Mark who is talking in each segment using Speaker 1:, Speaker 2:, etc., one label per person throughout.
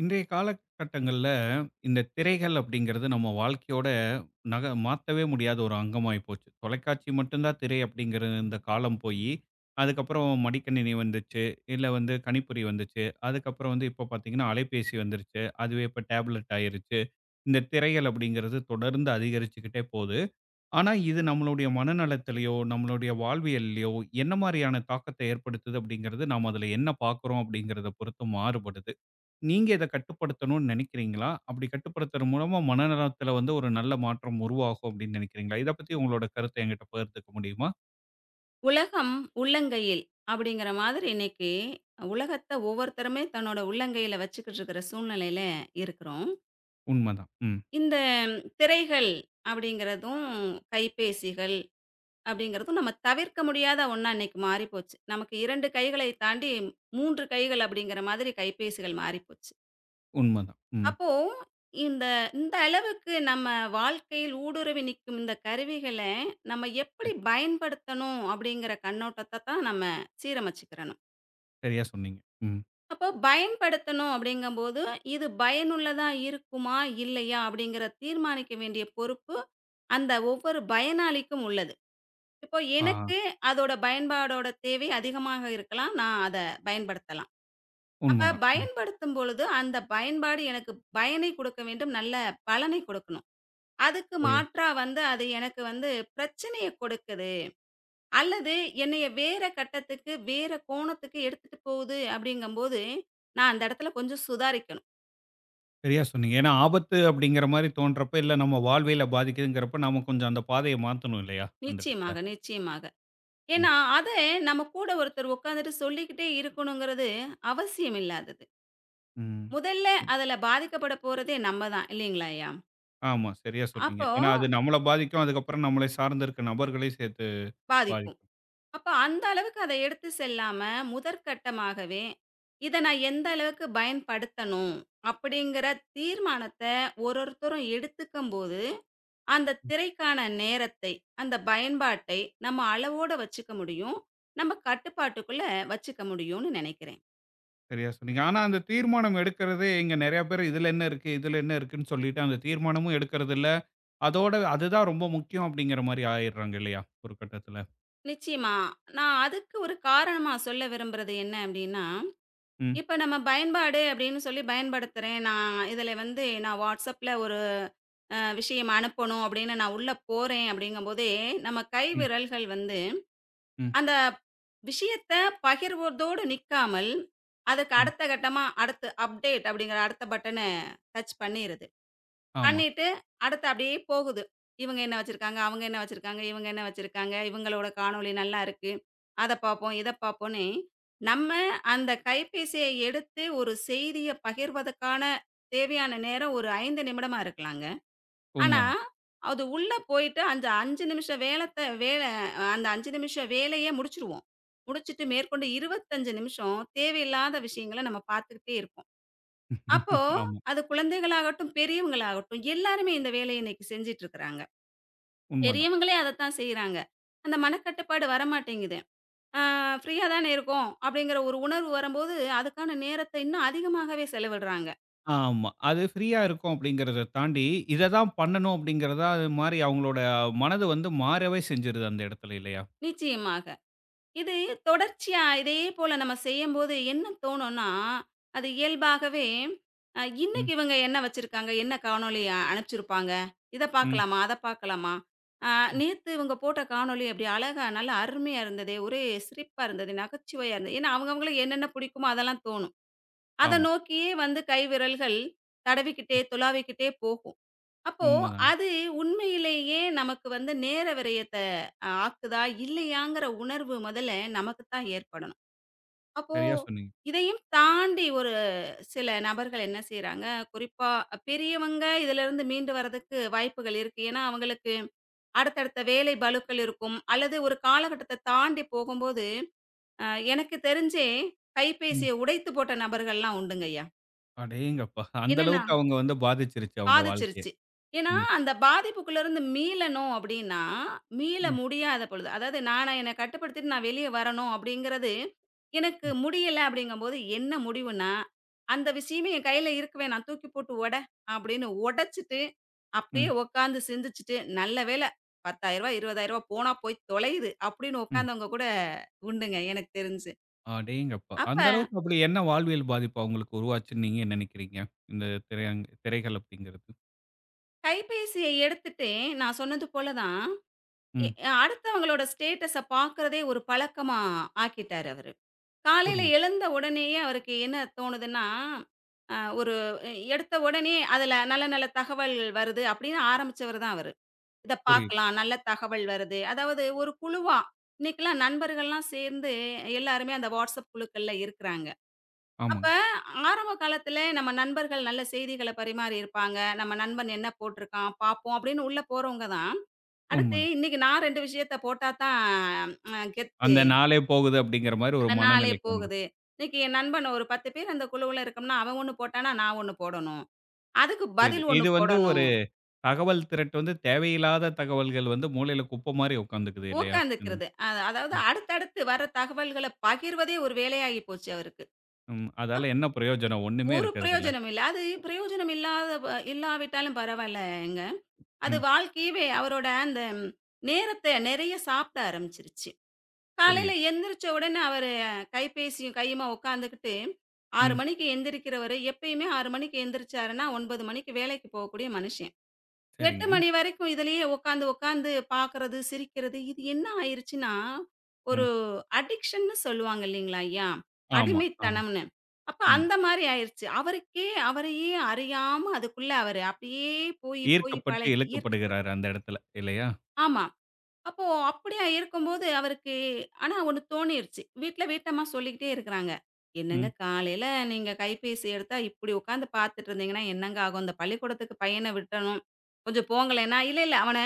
Speaker 1: இன்றைய காலகட்டங்கள்ல, இந்த திரைகள் அப்படிங்கிறது நம்ம வாழ்க்கையோட நக மாத்தவே முடியாத ஒரு அங்கமாயி போச்சு. தொலைக்காட்சி மட்டும் தான் திரை அப்படிங்கிற இந்த காலம் போயி, அதுக்கப்புறம் மடிக்கணினி வந்துச்சு, இல்ல வந்து கணிப்பொறி வந்துச்சு, அதுக்கப்புறம் வந்து இப்போ பார்த்தீங்கன்னா அலைபேசி வந்துருச்சு, அதுவே இப்போ டேப்லெட் ஆயிருச்சு. இந்த திரைகள் அப்படிங்கிறது தொடர்ந்து அதிகரிச்சுக்கிட்டே போது. ஆனா, இது நம்மளுடைய மனநலத்திலயோ, நம்மளுடைய வாழ்வியல்லயோ என்ன மாரியான தாக்கத்த ஏற்படுத்துது அப்படிங்கிறது, நாம அதில என்ன பார்க்குறோம் அப்படிங்கிறத பொறுத்து மாறுபடுது. நீங்க இத கட்டுப்படுத்தணும்னு நினைக்கிறீங்களா? அப்படி கட்டுப்படுத்துற மூலமா மனநலத்தில வந்து ஒரு நல்ல மாற்றம் உருவாகும் அப்படின்னு நினைக்கிறீங்களா? இத பத்தி உங்களோட கருத்த என்கிட்ட பகிர்ந்துக்க முடியுமா?
Speaker 2: உலகம் உள்ளங்கையில் அப்படிங்கிற மாதிரி இன்னைக்கு உலகத்தை ஒவ்வொருத்தருமே தன்னோட உள்ளங்கையில வச்சுக்கிட்டு இருக்கிற சூழ்நிலையில இருக்கிறோம்.
Speaker 1: உண்மதான். ம்.
Speaker 2: இந்த திரைகள் அப்படிங்கிறதும், கைபேசிகள் அப்படிங்கிறதும் நம்ம தவிர்க்க முடியாத ஒண்ணா இன்னைக்கு மாறிப்போச்சு. நமக்கு 2 கைகளை தாண்டி 3 கைகள் அப்படிங்கிற மாதிரி கைபேசிகள் மாறிப்போச்சு.
Speaker 1: உண்மதான். ம்.
Speaker 2: அப்போ இந்த இந்த அளவுக்கு நம்ம வாழ்க்கையில் ஊடுருவி நிற்கும் இந்த கருவிகள நம்ம எப்படி பயன்படுத்தணும் அப்படிங்கிற கண்ணோட்டத்த தான் நம்ம சீரமைச்சுக்கிறணும்.
Speaker 1: சரியா சொன்னீங்க. ம்.
Speaker 2: அப்போ பயன்படுத்தணும் அப்படிங்கும்போது, இது பயனுள்ளதா இருக்குமா? இல்லையா? அப்படிங்கிற தீர்மானிக்க வேண்டிய பொறுப்பு, அந்த ஒவ்வொரு பயனாளிக்கும் உள்ளது. இப்போ
Speaker 1: ஆ.
Speaker 2: எனக்கு அதோட பயன்பாடோட தேவை அதிகமாக இருக்கலாம். நான் அத பயன்படுத்தலாம். அப்ப
Speaker 1: உண்மதான். ம்.
Speaker 2: பயன்படுத்தும் பொழுது, அந்த பயன்பாடு எனக்கு பயனை கொடுக்க வேண்டும். நல்ல பலனை கொடுக்கணும். அதுக்கு
Speaker 1: சரியா
Speaker 2: மாற்றா வந்து அது எனக்கு வந்து பிரச்சனைய கொடுக்குது. அல்லது என்னைய வேற கட்டத்துக்கு, வேற கோணத்துக்கு எடுத்துட்டு போகுது அப்படிங்கும்போது, நான் அந்த இடத்துல கொஞ்சம் சுதாரிக்கணும்.
Speaker 1: சரியா சொன்னீங்க. ஏன்னா ஆபத்து அப்படிங்கிற மாரி தோன்றப்ப, இல்ல நம்ம வாழ்வியல பாதிக்குதுங்கிறப்ப, நாம கொஞ்சம் அந்த பாதைய மாத்தணும் இல்லையா? அந்த இடத்துல.
Speaker 2: நிச்சயமாக, நிச்சயமாக.
Speaker 1: ம்.
Speaker 2: ஏன்னா, அத நம்ம கூட ஒருத்தர் உட்காந்துட்டு சொல்லிக்கிட்டே இருக்கணுங்கிறது அவசியம் இல்லாதது.
Speaker 1: ம்.
Speaker 2: முதல்ல அதுல பாதிக்கப்பட போறதே நம்ம தான் இல்லைங்களா ஐயா?
Speaker 1: ஆமா. சரியா சொன்னீங்க.
Speaker 2: அப்போ
Speaker 1: ஏன்னா
Speaker 2: ஆ.
Speaker 1: அது நம்மள பாதிக்கும். அதுக்கப்புறம் நம்மளை சார்ந்து இருக்க நபர்களையும் சேர்த்து
Speaker 2: பாதிக்கும்.
Speaker 1: பாதிக்கும்.
Speaker 2: அப்ப அந்த அளவுக்கு அத எடுத்து செல்லாம, முதற்கட்டமாகவே, "இத நான் எந்த அளவுக்கு பயன்படுத்தணும்?" அப்படிங்கிற தீர்மானத்த ஒருத்தரும் எடுத்துக்கும்போது, அந்த திரைக்கான நேரத்தை, அந்த பயன்பாட்டை நம்ம அளவோட வச்சுக்க முடியும். நம்ம கட்டுப்பாட்டுக்குள்ள வச்சுக்க முடியும்னு நெனைக்கிறேன்.
Speaker 1: சரியா சொன்னீங்க. ஆனா, அந்த தீர்மானம் எடுக்கிறதே இங்க நெறைய பேர் இதுல என்ன இருக்கு? இதுல என்ன இருக்குன்னு சொல்லிட்டு அந்த தீர்மானமும் எடுக்கிறதில்ல. அதோட அதுதான் ரொம்ப முக்கியம் அப்படிங்கிற மாரி ஆயிடுறாங்க இல்லையா? ஒரு கட்டத்துல.
Speaker 2: நிச்சயமா. நான் அதுக்கு ஒரு காரணமா சொல்ல விரும்புறது என்ன அப்படின்னா,
Speaker 1: ம்,
Speaker 2: இப்ப நம்ம பயன்பாடு அப்படின்னு சொல்லி பயன்படுத்துறேன். நான் இதில வந்து WhatsAppல ஒரு விஷயம் அனுப்பணும் அப்படின்னு நான் உள்ள போறேன் அப்படிங்கும்போதே, நம்ம கை
Speaker 1: ம்,
Speaker 2: விரல்கள் வந்து
Speaker 1: ம்,
Speaker 2: அந்த விஷயத்த பகிர்வதோடு நிக்காமல், அதுக்கு
Speaker 1: ம்.
Speaker 2: அடுத்த கட்டமா அடுத்து அப்டேட் அப்படிங்கிற அடுத்த பட்டன டச் பண்ணிருது.
Speaker 1: ஆமா.
Speaker 2: பண்ணிட்டு, அடுத்து அப்படியே போகுது. இவங்க என்ன வச்சிருக்காங்க, அவங்க என்ன வச்சிருக்காங்க, இவங்க என்ன வச்சிருக்காங்க, இவங்களோட காணொளி நல்லா இருக்கு. அத பார்ப்போம், இத பார்ப்போம்ன்னு, நம்ம அந்த கைபேசிய எடுத்து ஒரு செய்திய பகிர்வதற்கான தேவையான நேரம் ஒரு 5 நிமிடமா இருக்கலாங்க. ஆனா,
Speaker 1: உண்மதான்.
Speaker 2: அது உள்ள போயிட்டு அந்த 5 நிமிஷ வேலைய முடிச்சுருவோம். முடிச்சுட்டு மேற்கொண்டு 25 நிமிஷம் தேவையில்லாத விஷயங்கள நம்ம பார்த்துக்கிட்டே இருப்போம். அப்போ,
Speaker 1: ஆமா.
Speaker 2: அது குழந்தைகளாகட்டும், பெரியவங்களாகட்டும் எல்லாருமே இந்த வேலைய இன்னைக்கு செஞ்சுட்டு இருக்கிறாங்க.
Speaker 1: உண்மதான்.
Speaker 2: பெரியவங்களே அதத்தான் செய்றாங்க. அந்த மனக்கட்டுப்பாடு வரமாட்டேங்குது. ஆ ஃப்ரீயா தானே இருக்கோம், அப்படிங்கிற ஒரு உணர்வு வரும்போது, அதுக்கான நேரத்த இன்னும் அதிகமாகவே செலவிடுறாங்க.
Speaker 1: ஆமா. அது ஃப்ரீயா இருக்கும் அப்படிங்கிறத தாண்டி, இத தான் பண்ணணும் அப்படிங்கிறதா அது மாரி அவங்களோட மனது வந்து மாறவே செஞ்சுருது அந்த இடத்துல இல்லையா?
Speaker 2: நிச்சயமாக. இது தொடர்ச்சியா இதே போல நம்ம செய்யும்போது என்ன தோணும்னா, அது இயல்பாகவே
Speaker 1: ம்,
Speaker 2: இன்னைக்கு இவங்க என்ன வச்சிருக்காங்க? என்ன காணொளி அனுப்பிச்சிருப்பாங்க? இத
Speaker 1: ம்,
Speaker 2: பார்க்கலாமா? அத பார்க்கலாமா? அ
Speaker 1: ம்.
Speaker 2: நேத்து இவங்க போட்ட காணொளி அப்படி அழகா நல்லா அருமையா இருந்ததே! ஒரே சிரிப்பா இருந்தது, நகைச்சுவையா இருந்தது. ஏன்னா அவங்கவங்களுக்கு என்னென்ன பிடிக்குமோ அதெல்லாம் தோணும். அத
Speaker 1: ஆமா.
Speaker 2: நோக்கியே வந்து கைவிரல்கள் தடவிக்கிட்டே, துலாவிக்கிட்டே போகும். அப்போ
Speaker 1: உண்மதாங்க.
Speaker 2: அது உண்மையிலேயே நமக்கு வந்து நேர விரயத்த ஆக்குதா? இல்லையாங்கிற உணர்வு முதல்ல நமக்கு தான் ஏற்படணும். அப்போ
Speaker 1: சரியா சொன்னீங்க.
Speaker 2: இதையும் தாண்டி ஒரு சில நபர்கள் என்ன செய்றாங்க, குறிப்பா பெரியவங்க இதிலிருந்து மீண்டு வரதுக்கு வாய்ப்புகள் இருக்கு. ஏன்னா, அவங்களுக்கு அடுத்தடுத்த வேலை பளுக்கள் இருக்கும். அல்லது ஒரு காலகட்டத்த தாண்டி போகும்போது, அ எனக்கு தெரிஞ்சே
Speaker 1: ம்.
Speaker 2: கைபேசிய உடைத்து போட்ட நபர்கள்லாம் உண்டுங்கய்யா.
Speaker 1: அடேங்கப்பா! அந்த
Speaker 2: என்னன்னா
Speaker 1: அளவுக்கு அவங்க வந்து பாதிச்சிருச்சு அவங்க வாழ்க்கைய.
Speaker 2: பாதிச்சிருச்சு. ஏன்னா,
Speaker 1: ம்.
Speaker 2: அந்த பாதிப்புக்குள்ளருந்து மீளணும் அப்டின்னா, மீள
Speaker 1: ம்.
Speaker 2: முடியாத பொழுது, அதாவது நானா என்ன கட்டுப்படுத்திட்டு நான் வெளிய வரணும் அப்டிங்கிறது, எனக்கு
Speaker 1: ம்.
Speaker 2: முடியல அப்டிங்கும்போது என்ன முடிவுனா, அந்த விஷயமே என் கையில இருக்கவே நான் தூக்கி போட்டு அப்டின்னு ஒடச்சிட்டு, அப்டியே
Speaker 1: ம்.
Speaker 2: உட்காந்து சிந்திச்சுட்டு, நல்ல வேள ரூ. 10,000 ரூ. 20,000 போனா போய் தொலையுது அப்டின்னு
Speaker 1: ம்.
Speaker 2: உட்காந்தவங்க கூட உண்டுங்க எனக்கு தெரிஞ்சு.
Speaker 1: அடேங்கப்பா!
Speaker 2: அப்ப
Speaker 1: அந்த அளவுக்கு அப்படி என்ன வாழ்வியல் பாதிப்பா உங்களுக்கு உருவாச்சுன்னு நீங்க நினைக்கிறீங்க? இந்த திரைகள் அப்படிங்கிறது.
Speaker 2: கைபேசிய எடுத்துட்டு நான் சொன்னது போல தான் எ
Speaker 1: ம்.
Speaker 2: அடுத்தவங்களோட ஸ்டேட்டஸ பார்க்கிறதே ஒரு பழக்கமா ஆக்கிட்டாரு அவரு. காலையில
Speaker 1: புரியுது,
Speaker 2: எழுந்த உடனேயே அவருக்கு என்ன தோணுதுன்னா, அ ஒரு எடுத்த உடனே அதுல நல்ல நல்ல தகவல் வருது அப்படின்னு ஆரம்பிச்சவரு தான் அவரு. இத
Speaker 1: புரியுது.
Speaker 2: பார்க்கலாம், நல்ல தகவல் வருது. அதாவது ஒரு குழுவா இன்னைக்கெல்லாம் நண்பர்கள்லாம் சேர்ந்து எல்லாருமே அந்த வாட்ஸ்அப் குழுக்கள்ல இருக்கிறாங்க. அப்ப
Speaker 1: ஆமாங்க.
Speaker 2: ஆரம்ப காலத்துல நம்ம நண்பர்கள் நல்ல செய்திகள பரிமாறி இருப்பாங்க. நம்ம நண்பன் என்ன போட்டிருக்கான் பார்ப்போம் அப்படின்னு உள்ள போறவங்க தான் அடுத்து
Speaker 1: உண்மதான்.
Speaker 2: இன்னைக்கு நான் 2 விஷயத்த போட்டா தான் கெத்து.
Speaker 1: அந்த நாளே போகுது அப்படிங்கிற மாரி ஒரு
Speaker 2: அந்த நாளே
Speaker 1: மனநிலைக்கு வந்துரும்.
Speaker 2: போகுது. இன்னைக்கு என் நண்பன் ஒரு 10 பேர் அந்த குழுவுல இருக்கோம்னா, அவன் 1 போட்டான்னா, நான் 1 போடணும். அதுக்கு
Speaker 1: புரியுது.
Speaker 2: பதில் 1
Speaker 1: இது வந்து ஒரு
Speaker 2: போடணும்.
Speaker 1: தகவல் திரட்டு வந்து தேவையில்லாத தகவல்கள் வந்து மூலையில குப்பை மாரி உட்காந்துக்குது இல்லையா? இந்த
Speaker 2: உட்காந்துக்கிறது. அதாவது
Speaker 1: ம்.
Speaker 2: அடுத்தடுத்து வர தகவல்கள பகிர்வதே ஒரு வேலையாகி போச்சு அவருக்கு.
Speaker 1: ம். அதால என்ன பிரயோஜனம்? ஒண்ணுமே
Speaker 2: ஒரு
Speaker 1: இருக்கிறதில்ல.
Speaker 2: பிரயோஜனம் இல்ல. அது பிரயோஜனம் இல்லாத வ இல்லாவிட்டாலும் பரவாயில்லங்க. அது
Speaker 1: ம்.
Speaker 2: வாழ்க்கையவே அவரோட அந்த நேரத்த நெறைய சாப்பிட ஆரம்பிச்சுருச்சு. காலையில
Speaker 1: புரியுது.
Speaker 2: எந்திரிச்ச உடனே அவரு கைபேசியும் கையுமா உட்காந்துக்கிட்டு 6
Speaker 1: ம்.
Speaker 2: மணிக்கு எந்திரிக்கிறவரு, எப்பயுமே 6 மணிக்கு எந்திரிச்சாருன்னா 9 மணிக்கு வேலைக்கு போகக்கூடிய மனுஷன். 8
Speaker 1: சரிங்க.
Speaker 2: மணி வரைக்கும் இதிலேயே உட்காந்து உட்காந்து பார்க்கறது, சிரிக்கிறது இது என்ன ஆயிருச்சுன்னா, ஒரு
Speaker 1: ம்.
Speaker 2: அடிக்ஷன்னு சொல்லுவாங்க இல்லைங்களா ஐயா?
Speaker 1: ஆமா, ஆமா.
Speaker 2: அடிமைத்தனம்னு. அப்ப
Speaker 1: ம்.
Speaker 2: அந்த மாரி ஆயிருச்சு. அவருக்கே அவரையே அறியாம அதுக்குள்ள அவரு அப்படியே போய் போய்
Speaker 1: ஈர்க்கப்பட்டு
Speaker 2: பழகி ஈர்க்கப்பட்டு
Speaker 1: இழுக்கப்படுகிறாரு அந்த இடத்துல இல்லையா?
Speaker 2: ஆமா. அப்போ அப்படியா இருக்கும்போது அவருக்கு ஆனா ஒண்ணு தோணிருச்சு. வீட்ல வீட்டம்மா சொல்லிக்கிட்டே இருக்கிறாங்க. "என்னங்க
Speaker 1: ம்.
Speaker 2: காலையில நீங்க கைபேசி எடுத்தா இப்படி உட்காந்து பார்த்துட்டு இருந்தீங்கன்னா என்னங்க ஆகும்? இந்த பள்ளிக்கூடத்துக்கு பையன விட்டணும். கொஞ்சம் போங்களேன்னா" இல்ல அவன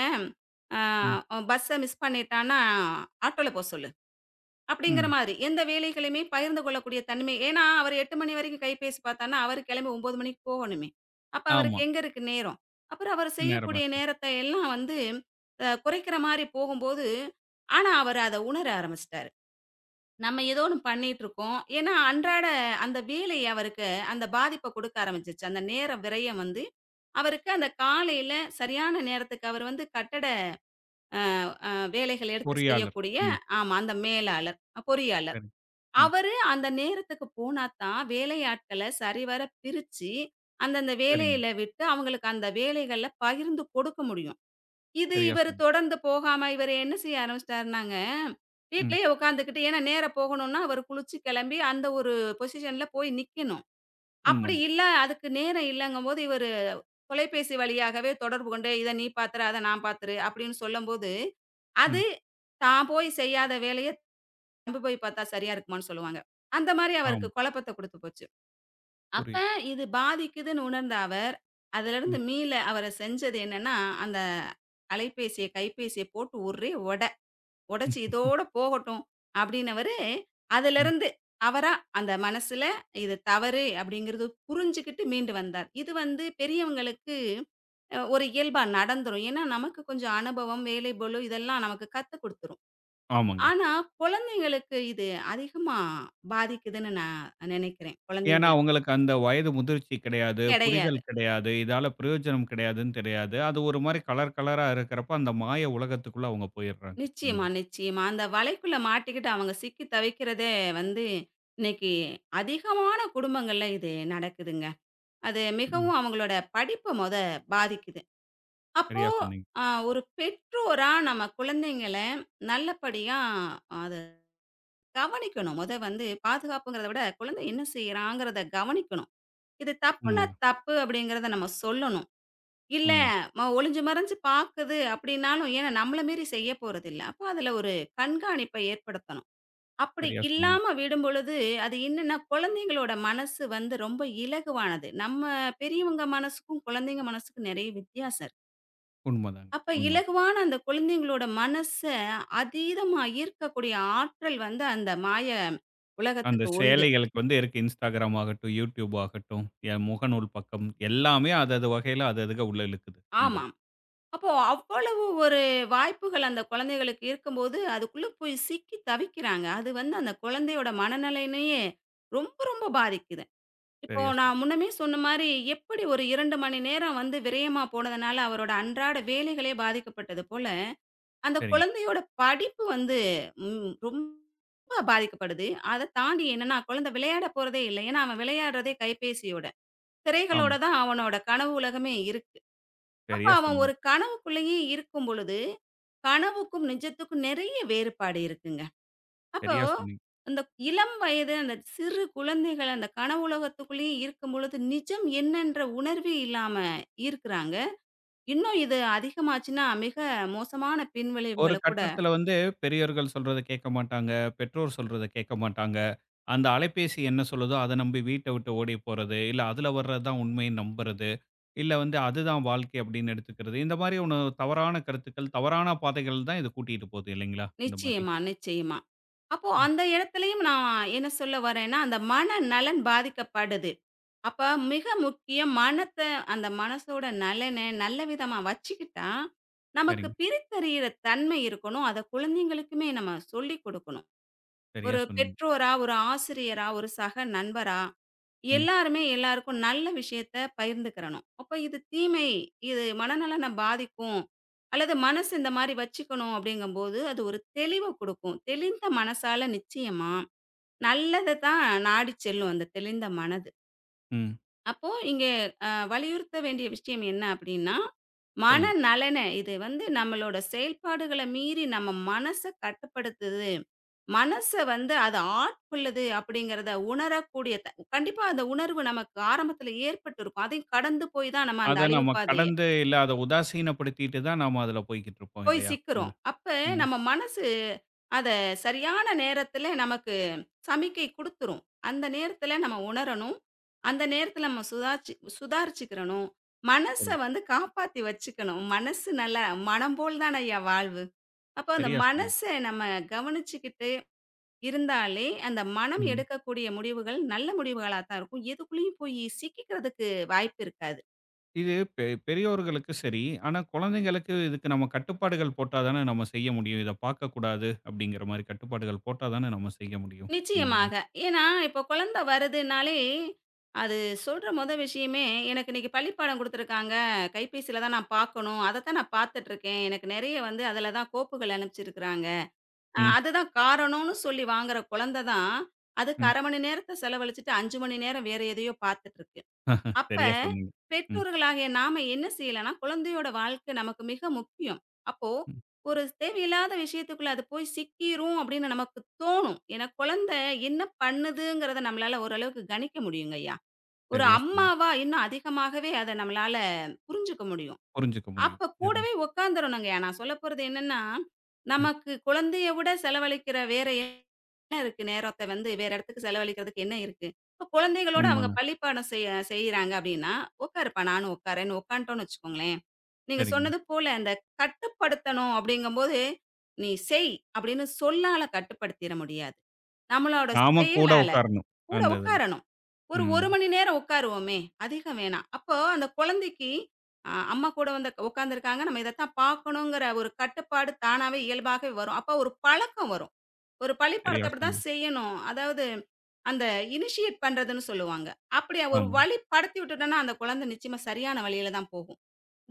Speaker 1: ம்.
Speaker 2: அ பஸ்ஸ மிஸ் பண்ணிட்டான்னா ஆட்டோல போ சொல்லு. அப்படிங்கிற
Speaker 1: ம்.
Speaker 2: மாதிரி. எந்த வேலைகளையுமே பகிர்ந்து கொள்ளக்கூடிய தன்மை. ஏன்னா, அவரு 8 மணி வரைக்கும் கைபேசி பார்த்தார்ன்னா, அவரு கிளம்பி 9 மணிக்கு போகணுமே. அப்ப
Speaker 1: ஆமா.
Speaker 2: அவருக்கு எங்க இருக்கு நேரம்? அப்புறம் அவரு
Speaker 1: நேரம்
Speaker 2: செய்யக்கூடிய
Speaker 1: இருக்கு.
Speaker 2: நேரத்த எல்லாம் வந்து குறைக்கிற மாரி போகும்போது, ஆனா அவரு அத உணர ஆரம்பிச்சுட்டாரு. நம்ம ஏதோ ஒண்ணு பண்ணிட்டுருக்கோம். ஏன்னா, அன்றாட அந்த வேலை அவருக்கு அந்த பாதிப்ப கொடுக்க ஆரம்பிச்சுச்சு. அந்த நேர விரயம் வந்து, அவருக்கு அந்த காலையில சரியான நேரத்துக்கு அவர் வந்து கட்டட அ வேலைகள் எடுத்து
Speaker 1: பொறியாளர்.
Speaker 2: செய்யக்கூடிய
Speaker 1: ம்.
Speaker 2: ஆமா. அந்த மேலாளர், பொறியாளர்.
Speaker 1: சரி. ம்.
Speaker 2: அவரு அந்த நேரத்துக்கு போனா தான் வேலையாட்கள சரிவர பிரிச்சு, அந்தந்த
Speaker 1: சரிங்க.
Speaker 2: வேலையில விட்டு அவங்களுக்கு அந்த வேலைகள பகிர்ந்து கொடுக்க முடியும். இது
Speaker 1: சரியா
Speaker 2: இவரு
Speaker 1: சொன்னீங்க.
Speaker 2: தொடர்ந்து போகாம இவரு என்ன செய்ய ஆரம்பிச்சுட்டாருனாங்க,
Speaker 1: ம்.
Speaker 2: வீட்லயே உட்காந்துக்கிட்டு ஏன்னா நேர போகணும்னா அவரு குளிச்சு கிளம்பி அந்த ஒரு பொசிஷன்ல போய் நிக்கணும். அப்படி
Speaker 1: உண்மதான்.
Speaker 2: இல்ல அதுக்கு நேரம் இல்லங்கும்போது இவரு தொலைபேசி வழியாகவே தொடர்பு கொண்டு "இத நீ பாத்துரு, அத நான் பாத்துரு" அப்படின்னு சொல்லும்போது, அது
Speaker 1: ம்.
Speaker 2: தான் போய் செய்யாத வேலைய நம்ப போய் பார்த்தா சரியா இருக்குமான்னு சொல்லுவாங்க. அந்த மாரி அவருக்கு
Speaker 1: ஆமா.
Speaker 2: குழப்பத்த குடுத்து போச்சு. அப்ப
Speaker 1: புரியுது.
Speaker 2: இது பாதிக்குதுன்னு உணர்ந்த அவர், அதிலிருந்து
Speaker 1: ம்.
Speaker 2: மீள அவரு செஞ்சது என்னன்னா, அந்த அலைபேசிய, கைபேசிய போட்டு ஒரே ஒடச்சு
Speaker 1: ம்.
Speaker 2: இதோட போகட்டும் அப்டின்னவரு,
Speaker 1: ம்.
Speaker 2: அதிலிருந்து அவரா அந்த மனசுல இது தவறு அப்டிங்கிறது புரிஞ்சுகிட்டு மீண்டு வந்தார். இது வந்து பெரியவங்களுக்கு ஒரு இயல்பா நடந்துரும். ஏன்னா, நமக்கு கொஞ்சம் அனுபவம், வேலை பளு இதெல்லாம் நமக்கு கத்து குடுத்துரும்.
Speaker 1: ஆமாங்க.
Speaker 2: ஆனா, குழந்தைங்களுக்கு இது அதிகமா பாதிக்குதுன்னு நான் நினைக்கிறேன்,
Speaker 1: ஏன்னா
Speaker 2: குழந்தைங்கள.
Speaker 1: அவங்களுக்கு அந்த வயது முதிர்ச்சி கிடையாது, புரிதல்
Speaker 2: கிடையாது.
Speaker 1: கிடையாது, இதால பிரயோஜனம் கிடையாதுன்னு தெரியாது. அது ஒரு மாரி கலர் கலரா இருக்கிறப்ப அந்த மாய உலகத்துக்குள்ள அவங்க போயிடுறாங்க. அந்த
Speaker 2: நிச்சயமா,
Speaker 1: இது.
Speaker 2: நிச்சயமா. அந்த வலைக்குள்ள மாட்டிக்கிட்டு அவங்க சிக்கி தவிக்கிறதே வந்து, இன்னைக்கு அதிகமான குடும்பங்கள்ல இது நடக்குதுங்க. அது
Speaker 1: ம்.
Speaker 2: மிகவும் அவங்களோட படிப்ப மொத பாதிக்குது. அப்போ
Speaker 1: சரியா சொன்னீங்க.
Speaker 2: அ ஒரு பெற்றோரா நம்ம குழந்தைங்கள நல்லபடியா அத கவனிக்கணும். மொத வந்து பாதுகாப்புங்கிறத விட, குழந்தை என்ன செய்றாங்கிறத கவனிக்கணும். இது தப்புன்னா
Speaker 1: உண்மதான்.
Speaker 2: தப்பு அப்படிங்கிறத நம்ம சொல்லணும். இல்ல,
Speaker 1: உண்மதான்.
Speaker 2: ஒளிஞ்சு மறைஞ்சு பாக்குது அப்படின்னாலும், ஏன்னா நம்மள மீறி செய்ய போறதில்ல. அப்ப அதுல ஒரு கண்காணிப்ப ஏற்படுத்தணும். அப்படி
Speaker 1: சரியா சொன்னீங்க.
Speaker 2: இல்லாம விடும்பொழுது, அது என்னன்னா குழந்தைங்களோட மனசு வந்து ரொம்ப இலகுவானது. நம்ம பெரியவங்க மனசுக்கும், குழந்தைங்க மனசுக்கும் நெறைய வித்தியாசம் இருக்கு.
Speaker 1: உண்மதாங்க.
Speaker 2: அப்ப
Speaker 1: உண்மதான்.
Speaker 2: இலகுவான அந்த குழந்தைங்களோட மனச அதீதமா ஈர்க்கக்கூடிய ஆற்றல் வந்து அந்த மாய
Speaker 1: அந்த
Speaker 2: உலகத்துக்கு உண்டு.
Speaker 1: சேலைகளுக்கு வந்து இருக்கு Instagram ஆகட்டும், YouTube ஆகட்டும், முகநூல் பக்கம் எல்லாமே அதது வகையில அது அதுக உள்ள இழுக்குது. அந்த
Speaker 2: ஆமாமா.
Speaker 1: இது.
Speaker 2: அப்போ அவ்வளவு ஒரு வாய்ப்புகள் அந்த குழந்தைகளுக்கு இருக்கும்போது, அதுக்குள்ள போய் சிக்கி தவிக்கிறாங்க. அது வந்து அந்த குழந்தையோட மனநிலைனையே ரொம்ப, ரொம்ப பாதிக்குது. இப்போ
Speaker 1: சரியா
Speaker 2: நான்
Speaker 1: சொன்னீங்க.
Speaker 2: முன்னமே சொன்ன மாரி, எப்படி ஒரு 2 மணி நேரம் வந்து விரயமா போனதுனால, அவரோட அன்றாட வேலைகளே பாதிக்கப்பட்டது போல, அந்த
Speaker 1: சரிங்க.
Speaker 2: குழந்தையோட படிப்பு வந்து ரொம்ப பாதிக்கப்படுது. அத தாண்டி என்னன்னா, குழந்தை விளையாட போறதே இல்ல. ஏன்னா, அவன் விளையாடுறதே கைபேசியோட. திரைகளோட
Speaker 1: ஆமா.
Speaker 2: தான் அவனோட கனவு உலகமே இருக்கு. அப்ப
Speaker 1: சரியா
Speaker 2: அவன்
Speaker 1: சொன்னீங்க.
Speaker 2: ஒரு கனவுக்குள்ளேயே இருக்கும் பொழுது, கனவுக்கும் நிஜத்துக்கும் நிறைய வேறுபாடு இருக்குங்க. அப்போ
Speaker 1: சரியா சொன்னீங்க.
Speaker 2: அந்த இளம் வயது அந்த சிறு குழந்தைகள் அந்த கனவுலகத்துக்குள்ளேயே இருக்கும் பொழுது, நிஜம் என்னன்ற உணர்வே இல்லாம இருக்குறாங்க. இன்னும் இது அதிகமாச்சுன்னா மிக மோசமான
Speaker 1: ஒரு
Speaker 2: பின்விளைவுகள கூட
Speaker 1: கட்டத்தில வந்து பெரியோர்கள் சொல்றத கேட்க மாட்டாங்க. பெற்றோர் சொல்றத கேட்க மாட்டாங்க. அந்த அலைபேசி என்ன சொல்லுதோ அத நம்பி வீட்ட விட்டு ஓடி போறது, இல்ல அதுல வர்றது தான் உண்மைன்னு நம்புறது, இல்ல வந்து அதுதான் வாழ்க்கை அப்படின்னு எடுத்துக்கிறது. இந்த மாரி ஒண்ணு தவறான கருத்துக்கள், தவறான பாதைகள் தான் இது கூட்டிட்டு போகுது இல்லைங்களா? இந்த மாரி.
Speaker 2: நிச்சயமா, நிச்சயமா. அப்போ
Speaker 1: ம்.
Speaker 2: அந்த இடத்துலயும் நான் என்ன சொல்ல வரேன்னா, அந்த மனநலன் பாதிக்கப்படுது. அப்ப மிக முக்கியம் மனத்த அந்த மனசோட நலன நல்ல விதமா வச்சுக்கிட்டா, நமக்கு
Speaker 1: சரிங்க.
Speaker 2: பிரித்தறியிற தன்மை இருக்கணும். அத குழந்தைங்களுக்குமே நம்ம சொல்லிக் குடுக்கணும்.
Speaker 1: சரியா
Speaker 2: ஒரு
Speaker 1: சொன்னீங்க.
Speaker 2: பெற்றோரா, ஒரு ஆசிரியரா, ஒரு சக நண்பரா
Speaker 1: ம்.
Speaker 2: எல்லாருமே எல்லாருக்கும் நல்ல விஷயத்த பகிர்ந்துக்கிறணும். அப்ப இது தீமை, இது மனநலன பாதிக்கும், அல்லது மனசு இந்த மாரி வச்சுக்கணும் அப்படிங்கும்போது, அது ஒரு தெளிவ குடுக்கும். தெளிந்த மனசால நிச்சயமா நல்லத தான் நாடி செல்லும் அந்த தெளிந்த மனது.
Speaker 1: ம்.
Speaker 2: அப்போ இங்க வலியுறுத்த வேண்டிய விஷயம் என்ன அப்படின்னா,
Speaker 1: சொல்லுங்க.
Speaker 2: மனநலன இது வந்து நம்மளோட செயல்பாடுகள மீறி நம்ம மனச கட்டுப்படுத்துது. மனச வந்து அது ஆட்கொள்ளுது அப்படிங்கிறத உணரக்கூடிய த கண்டிப்பா அந்த உணர்வு நமக்கு ஆரம்பத்தில ஏற்பட்டுருக்கும். அதையும் கடந்து போய் தான் நம்ம அந்த
Speaker 1: அத
Speaker 2: அழிவு
Speaker 1: நம்ம
Speaker 2: பாதைய
Speaker 1: கடந்து இல்ல அத உதாசீனப்படுத்திட்டு தான் நாம அதுல போய்க்கிட்டு இருப்போம்
Speaker 2: போய்
Speaker 1: இல்லையா? அந்த
Speaker 2: சிக்குறோம். அப்ப
Speaker 1: ம்.
Speaker 2: நம்ம மனசு அத சரியான நேரத்தில நமக்கு சமிக்கை குடுத்துரும். அந்த நேரத்துல நம்ம உணரணும். அந்த நேரத்துல நம்ம சுதாரிச்சுக்கிறணும். மனச
Speaker 1: சரி.
Speaker 2: வந்து காப்பாத்தி வச்சுக்கணும். மனசு நல்லா மனம் போல் தான ஐயா வாழ்வு. அப்போ அந்த
Speaker 1: சரியா சொன்னீங்க.
Speaker 2: மனச நம்ம கவனிச்சுக்கிட்டு இருந்தாலே, அந்த மனம்
Speaker 1: ம்.
Speaker 2: எடுக்கக்கூடிய முடிவுகள் நல்ல முடிவுகளா தான் இருக்கும். எதுக்குள்ளயும் போய் சிக்கிக்கிறதுக்கு வாய்ப்பு இருக்காது.
Speaker 1: இது பெரியோர்களுக்கு சரி. ஆனா குழந்தைங்களுக்கு இதுக்கு நம்ம கட்டுப்பாடுகள் போட்டா தானே நம்ம செய்ய முடியும். இத பார்க்கக்கூடாது அப்படிங்கிற மாரி கட்டுப்பாடுகள் போட்டா தானே நம்ம செய்ய முடியும். இந்த இது.
Speaker 2: நிச்சயமாக. ஏன்னா, இப்போ குழந்தை வருதுன்னாலே, அது சொல்ற மொத விஷயமே, "எனக்கு இன்னைக்கு பள்ளிப்பாடம் குடுத்துருக்காங்க. கைபேசியில தான் நான் பார்க்கணும். அத தான் நான் பார்த்துட்டுருக்கேன். எனக்கு நெறைய வந்து அதில தான் கோப்புகள் அனுப்பிச்சிருக்கிறாங்க."
Speaker 1: ம்,
Speaker 2: அதுதான் காரணம்னு சொல்லி வாங்குற குழந்தை தான், அதுக்கு
Speaker 1: ம்.
Speaker 2: 1/2 மணி நேரத்த செலவழிச்சுட்டு 5 மணி நேரம் வேற எதையோ பார்த்துட்டுருக்கு. அப்ப
Speaker 1: சரியா சொன்னீங்க. ம்,
Speaker 2: பெற்றோர்களாகிய நாம என்ன செய்யலாம்னா, குழந்தையோட வாழ்க்கை நமக்கு மிக முக்கியம். அப்போ
Speaker 1: ம்.
Speaker 2: ஒரு தேவையில்லாத விஷயத்துக்குள்ள அது போய் சிக்கிரும் அப்படின்னு நமக்கு தோணும். ஏன்னா, குழந்தை என்ன பண்ணுதுங்கிறத நம்மளால ஓரளவுக்கு கணிக்க முடியுங்கய்யா. ஒரு
Speaker 1: சரியா சொன்னீங்க.
Speaker 2: அம்மாவா இன்னும் அதிகமாகவே அத நம்மளால புரிஞ்சுக்க முடியும்.
Speaker 1: புரிஞ்சுக்க முடியும்.
Speaker 2: அப்ப
Speaker 1: எல்லாம்.
Speaker 2: கூடவே உட்காந்துரணுங்க. நான் சொல்லப்போறது என்னன்னா,
Speaker 1: ம்.
Speaker 2: நமக்கு குழந்தைய விட செலவழிக்கிற வேற என்ன இருக்கு? நேரத்த வந்து வேற இடத்துக்கு செலவழிக்கிறதுக்கு என்ன இருக்கு? இப்ப குழந்தைகளோட அவங்க
Speaker 1: உண்மதான்.
Speaker 2: பள்ளிப்பாடம் செய்ய செய்றாங்க அப்டின்னா, "உட்காருப்பா நானும் உட்காரேன்னு" உட்காந்துட்டோம்னு வச்சுக்கோங்களேன். நீங்க
Speaker 1: சரிங்க.
Speaker 2: சொன்னது போல அந்த கட்டுப்படுத்தணும் அப்டிங்கும்போது, "நீ செய்" அப்டின்னு சொல்லால கட்டுப்படுத்திற முடியாது. நம்மளோட
Speaker 1: நாம கூட
Speaker 2: செயலால
Speaker 1: உட்காரணும்.
Speaker 2: கூட
Speaker 1: அந்த இதுல.
Speaker 2: உட்காரணும். ஒரு
Speaker 1: ம்.
Speaker 2: 1 மணி நேரம் உட்காருவோமே! அதிகம் வேணாம். அப்போ அந்த குழந்தைக்கு அம்மா கூட வந்து உட்காந்துருக்காங்க. நம்ம இதத்தான் பார்க்கணுங்கிற ஒரு கட்டுப்பாடு தானாவே இயல்பாவே வரும். அப்போ ஒரு பழக்கம் வரும். ஒரு
Speaker 1: சரியா
Speaker 2: பள்ளிப்பாடத்த அப்படிதான்
Speaker 1: சொன்னீங்க.
Speaker 2: செய்யணும். அதாவது அந்த இனிஷியேட் பண்றதுன்னு சொல்லுவாங்க. அப்படி ஒரு
Speaker 1: ஆமா.
Speaker 2: வழிப்படுத்தி விட்டுட்டோம்னா, அந்த குழந்தை நிச்சயமா சரியான வழியில தான் போகும்.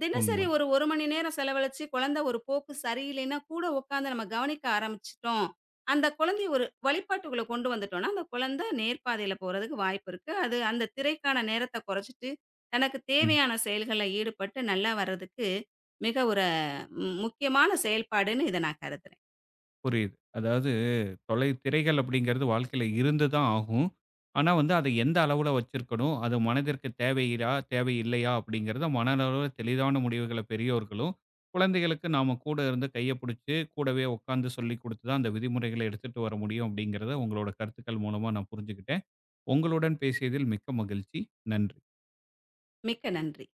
Speaker 2: தினசரி
Speaker 1: உண்மதான்.
Speaker 2: ஒரு 1 மணி நேரம் செலவழிச்சு, குழந்தை ஒரு போக்கு சரியில்லைன்னா, கூட உட்காந்து நம்ம கவனிக்க ஆரம்பிச்சுட்டோம். அந்த குழந்தைய ஒரு வழிபாட்டுக்குள்ள கொண்டு வந்துட்டோம்னா, அந்த குழந்தை நேர்பாதையில போறதுக்கு வாய்ப்பு இருக்கு. அது அந்த திரைக்கான நேரத்த குறைச்சிட்டு, தனக்கு
Speaker 1: ம்.
Speaker 2: தேவையான செயல்கள்ல ஈடுபட்டு நல்லா வர்றதுக்கு, மிக ஒரு முக்கியமான செயல்பாடுன்னு இத நான் கருதுறேன்.
Speaker 1: புரியுது. அதாவது தொலை திரைகள் அப்படிங்கிறது வாழ்க்கையில இருந்து தான் ஆகும். ஆனா வந்து அதை எந்த அளவுல வச்சிருக்கணும், அது மனதிற்கு தேவையா, தேவையில்லையா அப்படிங்கிறத மனதளவுல தெளிவான முடிவுகளை பெரியோர்களும், குழந்தைகளுக்கு நாம கூட இருந்து கைய புடிச்சு, கூடவே உட்கார்ந்து சொல்லிக் குடுத்து தான் அந்த விதிமுறைகளை எடுத்துட்டு வர முடியும் அப்படிங்கிறத உங்களோட கருத்துக்கள் மூலமா நான் புரிஞ்சுக்கிட்டேன். உங்களுடன் பேசியதில் மிக்க மகிழ்ச்சி. நன்றி.
Speaker 2: மிக்க நன்றி.